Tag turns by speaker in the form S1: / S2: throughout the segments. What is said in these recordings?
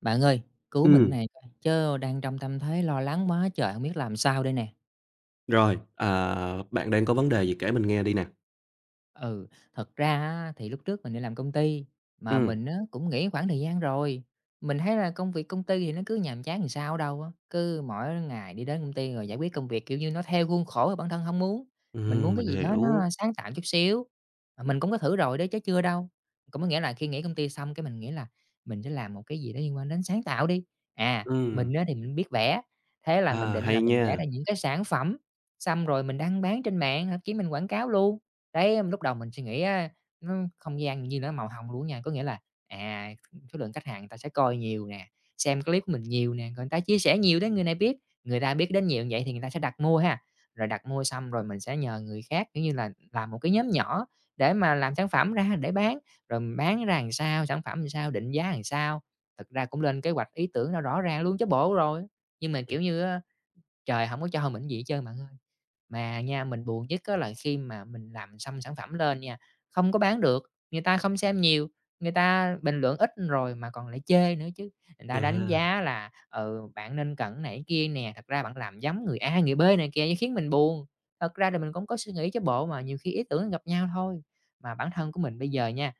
S1: Bạn ơi, cứu mình
S2: Ừm,
S1: này coi, chớ đang trong tâm thế lo lắng quá trời, không biết làm sao đây nè.
S2: rồi, bạn đang có vấn đề gì kể mình nghe đi nè.
S1: Ừ, thật ra á, thì lúc trước mình đi làm công ty, mà
S2: Ừm,
S1: mình á, cũng nghỉ khoảng thời gian rồi. Mình thấy là công việc công ty thì nó cứ nhàm chán làm sao đâu á, cứ mỗi ngày đi đến công ty rồi giải quyết công việc, kiểu như, nó theo khuôn khổ mà bản thân không muốn. Mình muốn cái
S2: mình
S1: gì đó nó
S2: hiểu.
S1: sáng tạo chút xíu, mà mình cũng có thử rồi đấy chứ chưa đâu. Cũng có nghĩa là khi nghỉ công ty xong cái mình nghĩ là mình sẽ làm một cái gì đó liên quan đến sáng tạo đi. Mình
S2: Ừm.
S1: á, thì mình biết vẽ, thế là mình định
S2: Hay
S1: là mình vẽ
S2: nha.
S1: ra những cái sản phẩm, xong rồi mình đăng bán trên mạng, thậm chí mình quảng cáo luôn. Đấy, lúc đầu mình suy nghĩ á, nó không gian như nó màu hồng luôn nha, có nghĩa là, à, số lượng khách hàng người ta sẽ coi nhiều nè, xem clip của mình nhiều nè, rồi người ta chia sẻ nhiều đến người này biết, người ta biết đến nhiều như vậy thì người ta sẽ đặt mua ha. Rồi đặt mua xong rồi mình sẽ nhờ người khác, kiểu như là, làm một cái nhóm nhỏ để mà làm sản phẩm ra để bán, rồi mình bán ra làm sao, sản phẩm làm sao, định giá làm sao. Thực ra cũng lên kế hoạch ý tưởng nó rõ ràng luôn chứ bộ rồi, nhưng mà, kiểu như á, trời không có cho mình gì hết trơn bạn ơi. Mà nha, mình buồn nhất á là khi mà mình làm xong sản phẩm lên nha, không có bán được, người ta không xem nhiều, người ta bình luận ít rồi mà còn lại chê nữa chứ. Người ta đánh
S2: Chà,
S1: giá là "Ừ, bạn nên cẩn này kia nè, thật ra bạn làm giống người A, người B này kìa" khiến mình buồn. Thật ra thì mình cũng có suy nghĩ chứ bộ, mà nhiều khi ý tưởng gặp nhau thôi. Mà bản thân của mình bây giờ nha.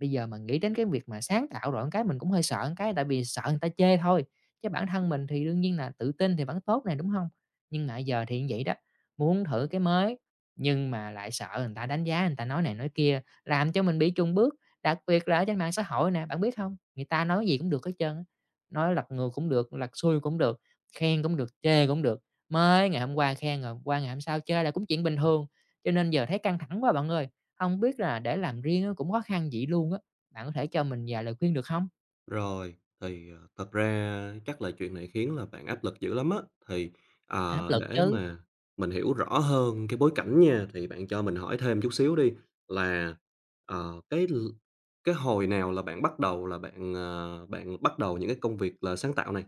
S1: Bây giờ mà nghĩ đến cái việc mà sáng tạo rồi cái mình cũng hơi sợ một cái tại vì sợ người ta chê thôi, chứ bản thân mình thì đương nhiên là tự tin thì vẫn tốt này, đúng không? Nhưng mà giờ thì như vậy đó, muốn thử cái mới nhưng mà lại sợ người ta đánh giá, người ta nói này nói kia, làm cho mình bị chùn bước, đặc biệt là ở trên mạng xã hội nè, bạn biết không? Người ta nói gì cũng được hết trơn á, nói lật ngược cũng được, lật xuôi cũng được, khen cũng được, chê cũng được, mới ngày hôm qua khen rồi qua ngày hôm sau chê là cũng chuyện bình thường, cho nên giờ thấy căng thẳng quá bạn ơi, không biết là để làm riêng á cũng khó khăn vậy luôn á, bạn có thể cho mình vài lời khuyên được không?
S2: rồi, thật ra chắc là chuyện này khiến là bạn áp lực dữ lắm á. Thì,
S1: Áp lực
S2: để
S1: chứ.
S2: mà mình hiểu rõ hơn cái bối cảnh nha, thì bạn cho mình hỏi thêm chút xíu đi là, ờ, cái l cái hồi nào là bạn bắt đầu là bạn, bạn bắt đầu những cái công việc là sáng tạo này?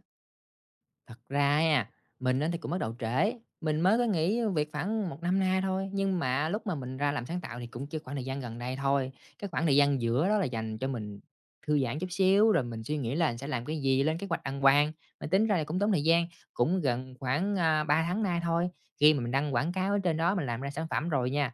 S1: Thật ra á, mình á thì cũng bắt đầu trễ, mình mới có nghỉ việc khoảng một năm nay thôi, nhưng mà lúc mà mình ra làm sáng tạo thì cũng chỉ khoảng thời gian gần đây thôi. Cái khoảng thời gian giữa đó là dành cho mình thư giãn chút xíu, rồi mình suy nghĩ là sẽ làm cái gì, lên kế hoạch đăng quang mình tính ra là cũng tốn thời gian, cũng gần khoảng, 3 tháng nay thôi, khi mà mình đăng quảng cáo ở trên đó, mình làm ra sản phẩm rồi nha.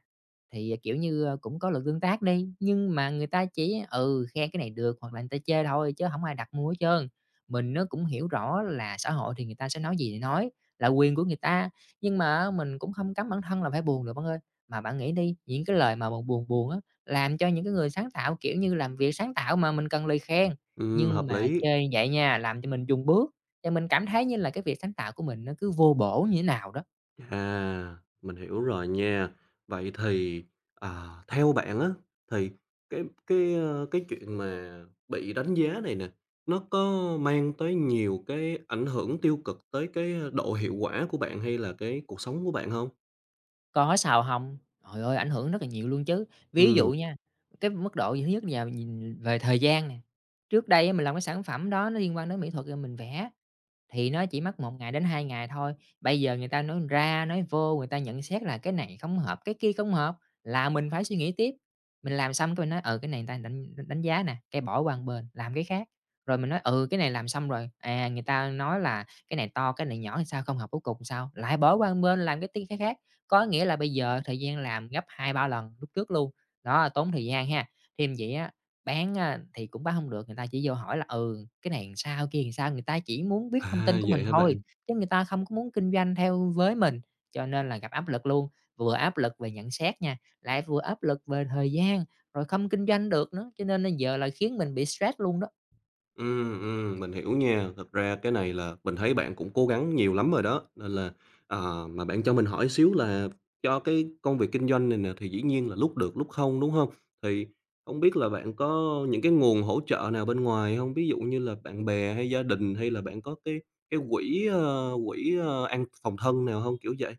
S1: Thì, kiểu như, cũng có luật tương tác đi, nhưng mà người ta chỉ, ừ, khen cái này được hoặc là người ta chê thôi chứ không ai đặt mua hết trơn. Mình nó cũng hiểu rõ là xã hội thì người ta sẽ nói gì thì nói, là quyền của người ta, nhưng mà mình cũng không cấm bản thân là phải buồn được bạn ơi. Mà bạn nghĩ đi, những cái lời mà buồn buồn buồn á, làm cho những cái người sáng tạo, kiểu như, làm việc sáng tạo mà mình cần lời khen, nhưng
S2: Hợp
S1: mà
S2: lý.
S1: chơi vậy nha, làm cho mình dùng bước, cho mình cảm thấy như là cái việc sáng tạo của mình nó cứ vô bổ như thế nào đó.
S2: À, mình hiểu rồi nha. Vậy thì, theo bạn á, thì cái chuyện mà bị đánh giá này nè, nó có mang tới nhiều cái ảnh hưởng tiêu cực tới cái độ hiệu quả của bạn hay là cái cuộc sống của bạn không?
S1: Có sầu hồng, trời ơi, ảnh hưởng rất là nhiều luôn chứ. Ví dụ
S2: Ừ.
S1: nha, cái mức độ gì thứ nhất là nhìn về thời gian nè, trước đây á mình làm cái sản phẩm đó nó liên quan đến mỹ thuật rồi mình vẽ, thì nó chỉ mất một ngày đến 2 ngày thôi. Bây giờ người ta nói ra nói vô, người ta nhận xét là cái này không hợp, cái kia không hợp, là mình phải suy nghĩ tiếp. Mình làm xong cái mình nói, ừ, cái này người ta đánh đánh giá nè, cái bỏ qua một bên, làm cái khác. Rồi mình nói, ừ, cái này làm xong rồi, người ta nói là cái này to, cái này nhỏ thì sao, không hợp cuối cùng sao, lại bỏ qua một bên làm cái tí cái khác. Có nghĩa là bây giờ thời gian làm gấp hai ba lần lúc trước luôn. Đó, tốn thời gian ha. Thêm vậy á. Bán, thì cũng bán hông được, người ta chỉ vô hỏi là "Ừ, cái này sao, kia sao?" Người ta chỉ muốn biết thông
S2: À,
S1: tin của
S2: vậy
S1: mình
S2: hả
S1: thôi,
S2: bạn?
S1: chứ người ta không có muốn kinh doanh theo với mình, cho nên là gặp áp lực luôn. Vừa áp lực về nhận xét nha, lại vừa áp lực về thời gian, rồi không kinh doanh được nữa, cho nên là giờ là khiến mình bị stress luôn đó.
S2: Mình hiểu nha. Thật ra cái này là mình thấy bạn cũng cố gắng nhiều lắm rồi đó, nên là, mà bạn cho mình hỏi xíu là cho cái công việc kinh doanh này nè thì dĩ nhiên là lúc được lúc không, đúng không? Thì không biết là bạn có những cái nguồn hỗ trợ nào bên ngoài không? Ví dụ như là bạn bè hay gia đình hay là bạn có cái quỹ, quỹ, an phòng thân nào không? Kiểu vậy.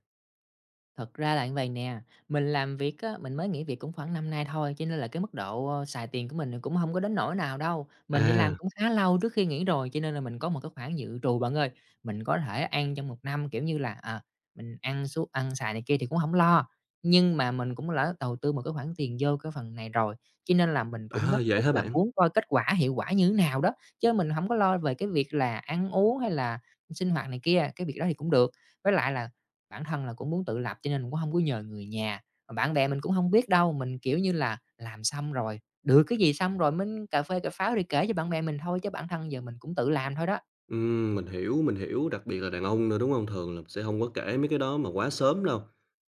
S1: Thật ra là như vậy nè, mình làm việc á, mình mới nghỉ việc cũng khoảng năm nay thôi, cho nên là cái mức độ, xài tiền của mình cũng không có đến nỗi nào đâu. Mình đi làm
S2: À.
S1: cũng khá lâu trước khi nghỉ rồi, cho nên là mình có một cái khoản dự trù bạn ơi. Mình có thể ăn trong một năm, kiểu như là, mình ăn suốt ăn xài này kia thì cũng không lo, nhưng mà mình cũng đã đầu tư một cái khoản tiền vô cái phần này rồi, cho nên là mình cũng gấp
S2: À, vậy
S1: rút
S2: hả
S1: là
S2: bạn?
S1: muốn coi kết quả, hiệu quả như thế nào đó, chứ mình không có lo về cái việc là ăn uống hay là sinh hoạt này kia, cái việc đó thì cũng được. Với lại là bản thân là cũng muốn tự lập cho nên cũng không có nhờ người nhà, mà bạn bè mình cũng không biết đâu, mình, kiểu như là, làm xong rồi, được cái gì xong rồi mới cà phê cà pháo đi kể cho bạn bè mình thôi, chứ bản thân giờ mình cũng tự làm thôi đó.
S2: Mình hiểu, đặc biệt là đàn ông nữa, đúng không? Thường là sẽ không có kể mấy cái đó mà quá sớm đâu.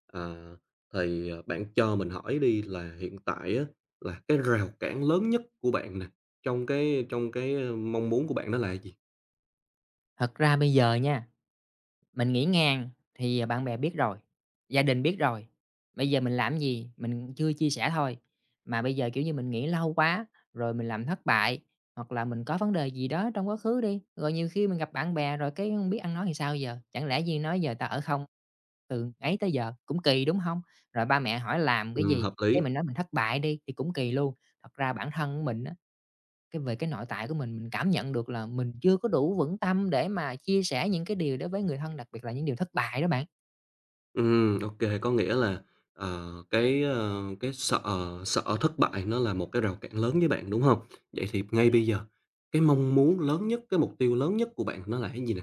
S2: À, bạn cho mình hỏi đi là hiện tại á, là cái rào cản lớn nhất của bạn nè, trong cái mong muốn của bạn đó là gì?
S1: Thật ra bây giờ nha. Mình nghỉ ngàn thì, bạn bè biết rồi, gia đình biết rồi, bây giờ mình làm gì? Mình chưa chia sẻ thôi. Mà bây giờ, kiểu như, mình nghỉ lâu quá, rồi mình làm thất bại, hoặc là mình có vấn đề gì đó trong quá khứ đi, rồi nhiều khi mình gặp bạn bè rồi cái hông biết ăn nói thì sao giờ, chẳng lẽ gì nói giờ ta ở không? Từ ấy tới giờ cũng kỳ, đúng không? Rồi ba mẹ hỏi làm cái gì,
S2: Hợp
S1: cái
S2: lý.
S1: mình nói mình thất bại đi thì cũng kỳ luôn. Thật ra bản thân mình á, cái về cái nội tại của mình cảm nhận được là mình chưa có đủ vững tâm để mà chia sẻ những cái điều đó với người thân, đặc biệt là những điều thất bại đó bạn.
S2: Ô, có nghĩa là, cái, cái sợ, sợ thất bại nó là một cái rào cản lớn với bạn, đúng không? Vậy thì ngay bây giờ, cái mong muốn lớn nhất, cái mục tiêu lớn nhất của bạn nó là cái gì nè?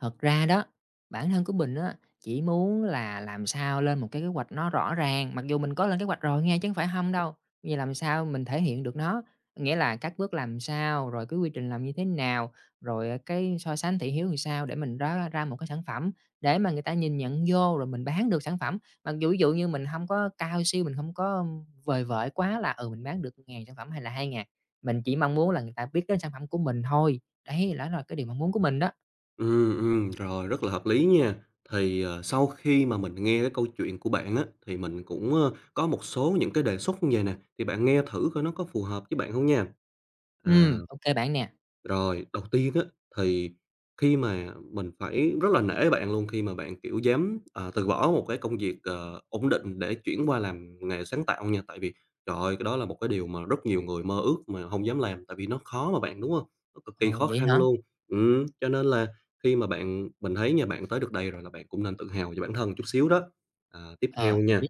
S1: Thật ra đó, bản thân của mình á, chỉ muốn là làm sao lên một cái kế hoạch nó rõ ràng, mặc dù mình có lên kế hoạch rồi nghe chứ không phải không đâu, bây làm sao mình thể hiện được nó, nghĩa là các bước làm sao, rồi cái quy trình làm như thế nào, rồi, cái so sánh thị hiếu làm sao để mình đó ra một cái sản phẩm để mà người ta nhìn nhận vô rồi mình bán được sản phẩm. Mặc dù ví dụ như mình không có cao siêu, mình không có vời vợi quá là, ừ, mình bán được ngàn sản phẩm hay là hai ngàn, mình chỉ mong muốn là người ta biết đến sản phẩm của mình thôi. Đấy, đó là cái điều mong muốn của mình đó.
S2: Ừ rồi, rất là hợp lý nha. Sau khi mà mình nghe cái câu chuyện của bạn á, thì mình cũng, có một số những cái đề xuất như vầy nè, thì bạn nghe thử coi nó có phù hợp với bạn không nha. À.
S1: Ô kê bạn nè.
S2: Rồi, đầu tiên á, thì khi mà mình phải rất là nể bạn luôn khi mà bạn, kiểu, dám, từ bỏ một cái công việc, ổn định để chuyển qua làm nghề sáng tạo nha. Tại vì, trời ơi, cái đó là một cái điều mà rất nhiều người mơ ước mà không dám làm, tại vì nó khó mà bạn, đúng không? Nó cực kỳ
S1: Ồ,
S2: khó
S1: vậy
S2: khăn
S1: hả?
S2: luôn. Cho nên là khi mà bạn mình thấy nha, bạn tới được đây rồi là bạn cũng nên tự hào về bản thân chút xíu đó. À, tiếp theo
S1: Ờ, mình biết.
S2: nha,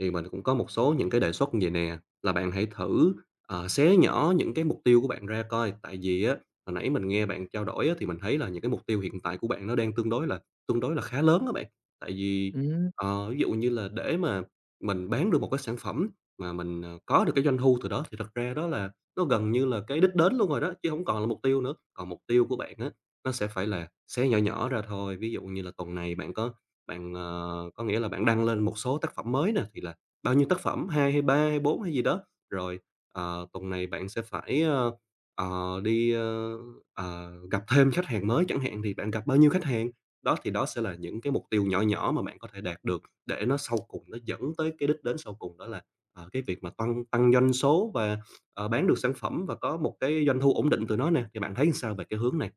S2: thì mình cũng có một số những cái đề xuất vầy nè, là bạn hãy thử, xé nhỏ những cái mục tiêu của bạn ra coi, tại vì á, hồi nãy mình nghe bạn trao đổi á, thì mình thấy là những cái mục tiêu hiện tại của bạn nó đang tương đối là khá lớn đó bạn. Tại vì,
S1: Ừm.
S2: ví dụ như là để mà mình bán được một cái sản phẩm mà mình, có được cái doanh thu từ đó thì thật ra đó là nó gần như là cái đích đến luôn rồi đó, chứ không còn là mục tiêu nữa. Còn mục tiêu của bạn á, nó sẽ phải là xé nhỏ nhỏ ra thôi, ví dụ như là tuần này bạn có bạn, có nghĩa là bạn đăng lên một số tác phẩm mới nè, thì là bao nhiêu tác phẩm, 2 hay 3 hay 4 hay gì đó, rồi, tuần này bạn sẽ phải, đi, gặp thêm khách hàng mới chẳng hạn, thì bạn gặp bao nhiêu khách hàng. Đó, thì đó sẽ là những cái mục tiêu nhỏ nhỏ mà bạn có thể đạt được để nó sau cùng nó dẫn tới cái đích đến sau cùng đó là, cái việc mà tăng tăng doanh số và, bán được sản phẩm và có một cái doanh thu ổn định từ nó nè, thì bạn thấy sao về cái hướng này?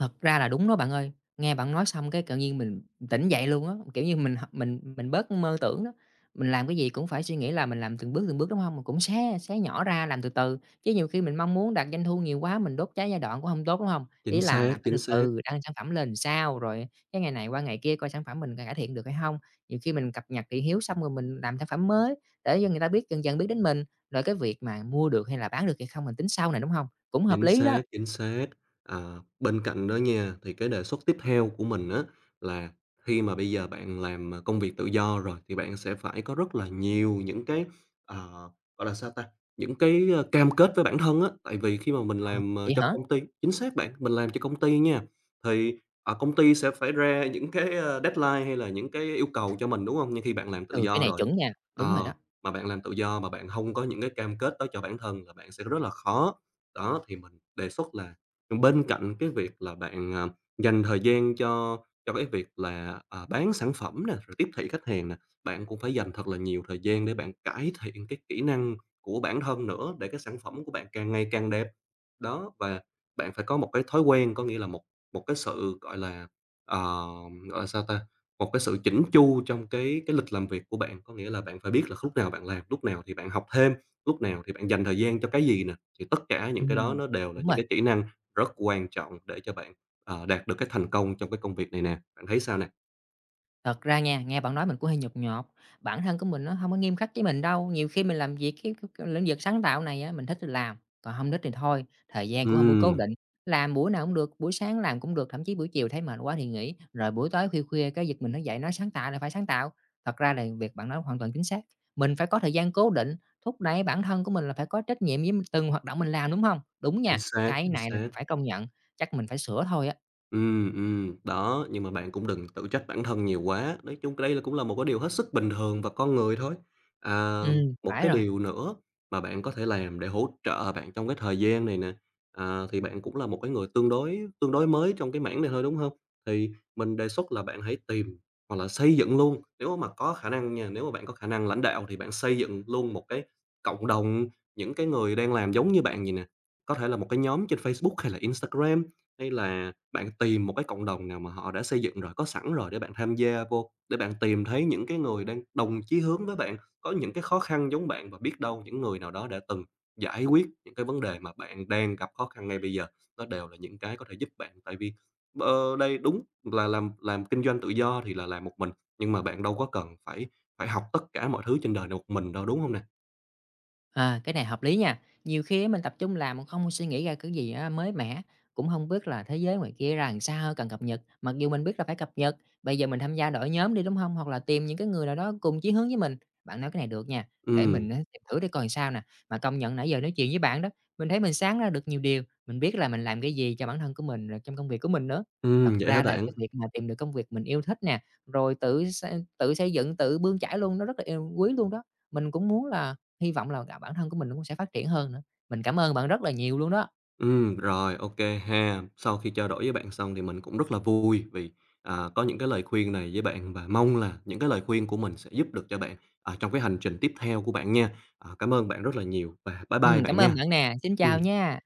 S1: Thật ra là đúng đó bạn ơi. Nghe bạn nói xong cái tự nhiên mình tỉnh dậy luôn á, kiểu như, mình h mình bớt mơ tưởng đó. Mình làm cái gì cũng phải suy nghĩ là mình làm từng bước, đúng không? Mình cũng xé xé nhỏ ra làm từ từ, chứ nhiều khi mình mong muốn đạt doanh thu nhiều quá mình đốt cháy giai đoạn cũng không tốt, đúng không? Ý
S2: Chính
S1: là
S2: xác,
S1: làm phải từ
S2: chính xác.
S1: từ, đăng sản phẩm lên sao, rồi cái ngày này qua ngày kia coi sản phẩm mình cải thiện được hay không? Nhiều khi mình cập nhật thị hiếu xong rồi mình làm sản phẩm mới để cho người ta biết dần dần biết đến mình, rồi cái việc mà mua được hay là bán được hay không mình tính sau này, đúng không? Cũng hợp
S2: Chính
S1: lý đó.
S2: xác, chính xác. Ờ, bên cạnh đó nha, thì cái đề xuất tiếp theo của mình á là khi mà bây giờ bạn làm, công việc tự do rồi thì bạn sẽ phải có rất là nhiều những cái, ờ, gọi là, sao ta, những cái, cam kết với bản thân á. Tại vì khi mà mình
S1: Ờ,
S2: làm,
S1: vậy
S2: cho
S1: hả?
S2: công ty chính xác bạn, mình làm cho công ty nha, thì, ở công ty sẽ phải ra những cái, deadline hay là những cái yêu cầu cho mình, đúng không? Nhưng khi bạn làm tự
S1: Ừ, cái
S2: do
S1: này
S2: rồi,
S1: chuẩn nha, đúng rồi
S2: ờ,
S1: đó.
S2: mà bạn làm tự do mà bạn không có những cái cam kết đó cho bản thân là bạn sẽ rất là khó. Đó, thì mình đề xuất là bên cạnh cái việc là bạn, dành thời gian cho cái việc là, bán sản phẩm nè, rồi tiếp thị khách hàng nè, bạn cũng phải dành thật là nhiều thời gian để bạn cải thiện cái kỹ năng của bản thân nữa, để cái sản phẩm của bạn càng ngày càng đẹp. Đó, và bạn phải có một cái thói quen, có nghĩa là một một cái sự, gọi là, ờ, gọi là sao ta? Một cái sự chỉnh chu trong cái lịch làm việc của bạn, có nghĩa là bạn phải biết là lúc nào bạn làm, lúc nào thì bạn học thêm, lúc nào thì bạn dành thời gian cho cái gì nè. Thì tất cả những cái đó
S1: Ừm,
S2: nó đều là
S1: đúng
S2: những
S1: rồi.
S2: cái kỹ năng rất quan trọng để cho bạn, đạt được cái thành công trong cái công việc này nè. Bạn thấy sao nè?
S1: Thật ra nha, nghe bạn nói mình cũng hơi nhột nhột, bản thân của mình nó không có nghiêm khắc với mình đâu, nhiều khi mình làm việc cái lĩnh vực sáng tạo này á, mình thích thì làm, còn không thích thì thôi, thời gian cũng hông có cố
S2: Ừm,
S1: định, làm buổi nào cũng được, buổi sáng làm cũng được, thậm chí buổi chiều thấy mệt quá thì nghỉ, rồi buổi tối khuya khuya cái giật mình nó dậy nói sáng tạo là phải sáng tạo. Thật ra là việc bạn nói hoàn toàn chính xác, mình phải có thời gian cố định, thúc đẩy bản thân của mình là phải có trách nhiệm với từng hoạt động mình làm, đúng không? Đúng
S2: chính
S1: nha,
S2: xác,
S1: cái
S2: chính
S1: này là
S2: xác.
S1: mình phải công nhận, chắc mình phải sửa thôi á.
S2: Ừ, đó, nhưng mà bạn cũng đừng tự trách bản thân nhiều quá, nói chung cái đây là cũng là một cái điều hết sức bình thường và con người thôi. À,
S1: Ừ,
S2: một
S1: phải
S2: cái
S1: rồi.
S2: điều nữa mà bạn có thể làm để hỗ trợ bạn trong cái thời gian này nè, thì bạn cũng là một cái người tương đối mới trong cái mảng này thôi, đúng không? Thì mình đề xuất là bạn hãy tìm hoặc là xây dựng luôn, nếu mà có khả năng nha, nếu mà bạn có khả năng lãnh đạo thì bạn xây dựng luôn một cái cộng đồng những cái người đang làm giống như bạn vầy nè, có thể là một cái nhóm trên Facebook hay là Instagram hay là bạn tìm một cái cộng đồng nào mà họ đã xây dựng rồi, có sẵn rồi để bạn tham gia vô, để bạn tìm thấy những cái người đang đồng chí hướng với bạn, có những cái khó khăn giống bạn và biết đâu những người nào đó đã từng giải quyết những cái vấn đề mà bạn đang gặp khó khăn ngay bây giờ. Nó đều là những cái có thể giúp bạn, tại vì, đây đúng là làm kinh doanh tự do thì là làm một mình, nhưng mà bạn đâu có cần phải phải học tất cả mọi thứ trên đời này một mình đâu, đúng không nè?
S1: À, cái này hợp lý nha. Nhiều khi á mình tập trung làm mà không suy nghĩ ra cái gì á mới mẻ, cũng không biết là thế giới ngoài kia ra làm sao cần cập nhật. Mặc dù mình biết là phải cập nhật, bây giờ mình tham gia đội nhóm đi đúng không? Hoặc là tìm những cái người nào đó cùng chí hướng với mình. Bạn nói cái này được nha, để
S2: Ừ,
S1: mình á, tìm thử để coi sao nè. Mà công nhận nãy giờ nói chuyện với bạn đó, mình thấy mình sáng ra được nhiều điều, mình biết là mình làm cái gì cho bản thân của mình rồi trong công việc của mình nữa. Thật
S2: vậy hả
S1: ra là
S2: bạn?
S1: cái việc mà tìm được công việc mình yêu thích nè, rồi tự xây dựng, tự bươn chải luôn nó rất là quý luôn đó. Mình cũng muốn là hy vọng là, cả bản thân của mình nó cũng sẽ phát triển hơn nữa. Mình cảm ơn bạn rất là nhiều luôn đó.
S2: Ừ rồi, OK ha. Sau khi trao đổi với bạn xong thì mình cũng rất là vui vì, có những cái lời khuyên này với bạn và mong là những cái lời khuyên của mình sẽ giúp được cho bạn, trong cái hành trình tiếp theo của bạn nha. À, cảm ơn bạn rất là nhiều và bye bye bạn
S1: Cảm ơn
S2: nha.
S1: bạn nè, xin chào
S2: Ừ
S1: nha.